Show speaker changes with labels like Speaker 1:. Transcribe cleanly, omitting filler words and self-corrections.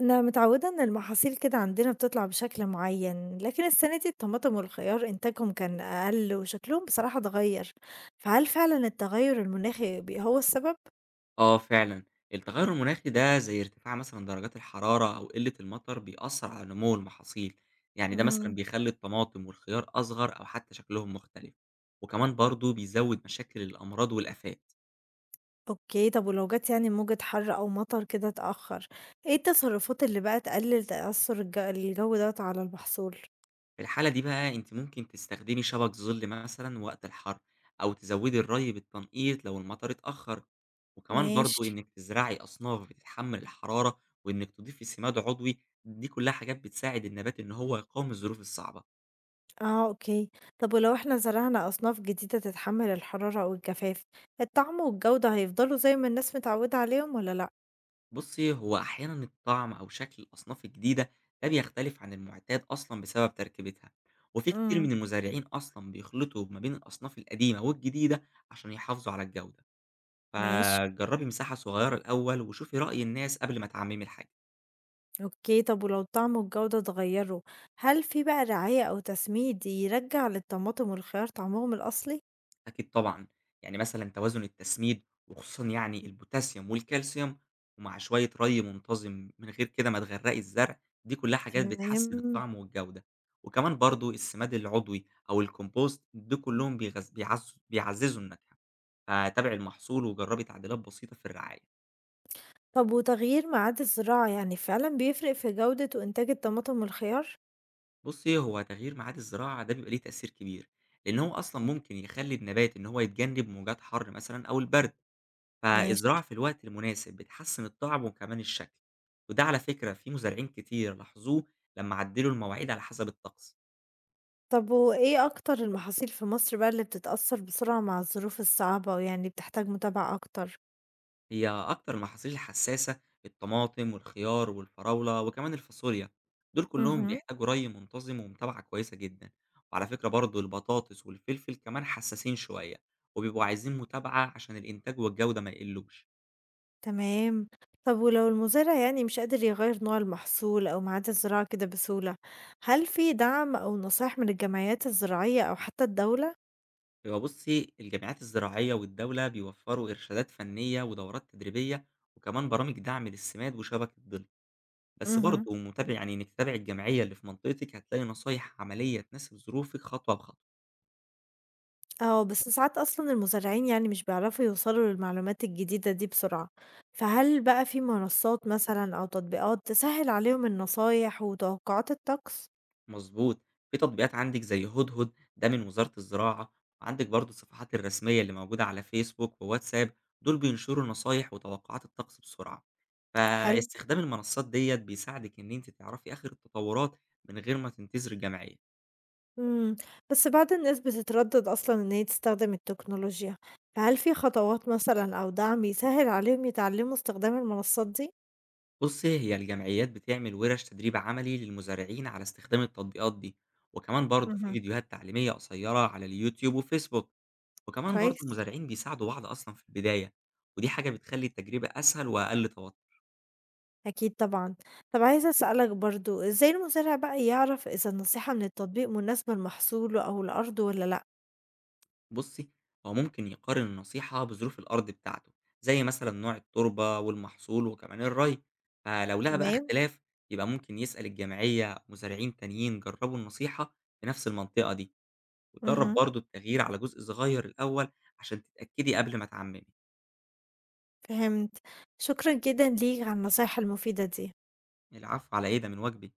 Speaker 1: أنا متعودة إن المحاصيل كده عندنا بتطلع بشكل معين، لكن السنة دي الطماطم والخيار إنتاجهم كان أقل وشكلهم بصراحة اتغير. فهل فعلا التغير المناخي هو السبب؟
Speaker 2: آه فعلًا، التغيُّر المناخي ده زي ارتفاع مثلًا درجات الحرارة أو قلة المطر بيأثّر على نمو المحاصيل، يعني ده مثلًا
Speaker 1: مم.
Speaker 2: بيخلّي الطماطم والخيار أصغر أو حتى شكلهم مختلف، وكمان برضه بيزوّد مشاكل الأمراض والآفات،
Speaker 1: أوكي، طب ولو جت يعني موجة حر أو مطر كده اتأخر، إيه التصرفات اللي بقى تقلل تأثر الجو دوت على المحصول؟
Speaker 2: في الحالة دي بقى أنتِ ممكن تستخدمي شبك ظِل مثلًا وقت الحر، أو تزوّدي الري بالتنقيط لو المطر اتأخّر، وكمان برضه
Speaker 1: ماشي.
Speaker 2: إنِّك تزرعي أصناف بتتحمّل الحرارة وإنِّك تضيفي سماد عضوي، دي كلّها حاجات بتساعد النبات إن هو يقاوم الظروف الصعبة.
Speaker 1: اه، اوكي. طب ولو احنا زرعنا أصناف جديدة تتحمل الحرارة أو الجفاف، الطعم والجودة هيفضلوا زي ما الناس متعودة عليهم ولا لأ؟
Speaker 2: بُصّي، هو أحيانًا الطعم أو شكل الأصناف الجديدة ده بيختلف عن المُعتاد أصلًا بسبب تركيبتها، وفي كتير
Speaker 1: مم.
Speaker 2: من المزارعين أصلًا بيخلطوا ما بين الأصناف القديمة والجديدة عشان يحافظوا على الجودة،
Speaker 1: ماشي.
Speaker 2: فجرّبي مساحة صغيرة الأول وشوفي رأي الناس قبل ما تعمّمي الحاجة.
Speaker 1: أوكي، طب ولو الطعم والجودة اتغيّروا، هل في بقى رعاية أو تسميد يرجّع للطماطم والخيار طعمهم الأصلي؟
Speaker 2: أكيد طبعًا، يعني مثلًا توازن التسميد وخصوصًا يعني البوتاسيوم والكالسيوم، ومع شوية ري منتظم من غير كده ما تغرقي الزرع، دي كلها حاجات بتحسّن
Speaker 1: تمام،
Speaker 2: الطعم والجودة، وكمان برضه السماد العضوي أو الcompost دول كلّهم بيغذ بيعز بيعزّزوا النكهة، فتابعي المحصول وجرّبي تعديلات بسيطة في الرعاية.
Speaker 1: طب وتغيير ميعاد الزراعة يعني فعلًا بيفرق في جودة وإنتاج الطماطم والخيار؟
Speaker 2: بُصّي، هو تغيير ميعاد الزراعة ده بيبقى ليه تأثير كبير، لإن هو أصلًا ممكن يخلّي النبات إن هو يتجنب موجات حَر مثلًا أو البرد، فالزراعة
Speaker 1: ماشي،
Speaker 2: في الوقت المناسب بتحسّن الطعم وكمان الشكل، وده على فكرة في مزارعين كتير لاحظوه لمّا عدّلوا المواعيد على حسب الطقس،
Speaker 1: طب وإيه أكتر المحاصيل في مصر بقى اللي بتتأثّر بسرعة مع الظروف الصعبة ويعني بتحتاج متابعة أكتر؟
Speaker 2: هي أكتر المحاصيل الحساسة الطماطم والخيار والفراولة وكمان الفاصوليا، دول كلّهم
Speaker 1: اهم.
Speaker 2: بيحتاجوا رَي منتظم ومتابعة كويسة جدًا، وعلى فكرة برضه البطاطس والفلفل كمان حسّاسين شوية، وبيبقوا عايزين متابعة عشان الإنتاج والجودة ما يقلّوش.
Speaker 1: تمام. طب ولو المزارع يعني مش قادر يغيّر نوع المحصول أو ميعاد الزراعة كده بسهولة، هل في دعم أو نصايح من الجمعيات الزراعية أو حتى الدولة؟
Speaker 2: هو بُصّي، الجامعات الزراعية والدولة بيوفّروا إرشادات فنية ودورات تدريبية، وكمان برامج دعم للسماد وشبكة ظل، بس
Speaker 1: اهم.
Speaker 2: برضه متابع يعني إنِّك تتابعي الجمعية اللي في منطقتِك هتلاقي نصايح عملية تناسب ظروفِك خطوة بخطوة.
Speaker 1: آه، بس ساعات أصلًا المزارعين يعني مش بيعرفوا يوصلوا للمعلومات الجديدة دي بسرعة، فهل بقى في منصات مثلًا أو تطبيقات تسهّل عليهم النصايح وتوقعات الطقس؟
Speaker 2: مضبوط، في تطبيقات عندِك زي هدهد ده من وزارة الزراعة، وعندِك برضه الصفحات الرسمية اللي موجودة على فيسبوك وواتساب، دول بينشروا نصايح وتوقعات الطقس بسرعة.
Speaker 1: حلو.
Speaker 2: فاستخدام المنصات ديّة بيساعدِك إن أنتِ تعرفي آخر التطورات من غير ما تنتظري الجمعية.
Speaker 1: إمم، بس بعض الناس بتتردد أصلًا إن هي تستخدم التكنولوجيا، فهل في خطوات مثلًا أو دعم يسهّل عليهم يتعلموا استخدام المنصات دي؟
Speaker 2: بصي هي الجمعيات بتعمل ورش تدريب عملي للمزارعين على استخدام التطبيقات دي وكمان برضه في
Speaker 1: اهم،
Speaker 2: فيديوهات تعليمية قصيرة على اليوتيوب وفيسبوك وكمان برضه
Speaker 1: كويس،
Speaker 2: المزارعين بيساعدوا بعض أصلا في البداية ودي حاجة بتخلي التجربة أسهل وأقل توتر.
Speaker 1: أكيد طبعًا. طَب عايزة أسألك برضه، إزاي المزارع بقى يعرف إذا النصيحة من التطبيق مناسبة لمحصوله أو لأرضه والّا لأ؟
Speaker 2: بصي هو ممكن يقارن النصيحة بظروف الأرض بتاعته زي مثلا نوع التربة والمحصول وكمان الري، فلو لقى بقى
Speaker 1: تمام،
Speaker 2: اختلاف يبقى ممكن يسأل الجمعية أو مزارعين تانيين جربوا النصيحة في نفس المنطقة دي، وجرّب
Speaker 1: اهم،
Speaker 2: برضه التغيير على جزء صغير الأول عشان تتأكدي قبل ما تعمّمي.
Speaker 1: فهمت. شكرًا جدًا ليك على النصايح المفيدة دي.
Speaker 2: العفو على إيه، ده من واجبي.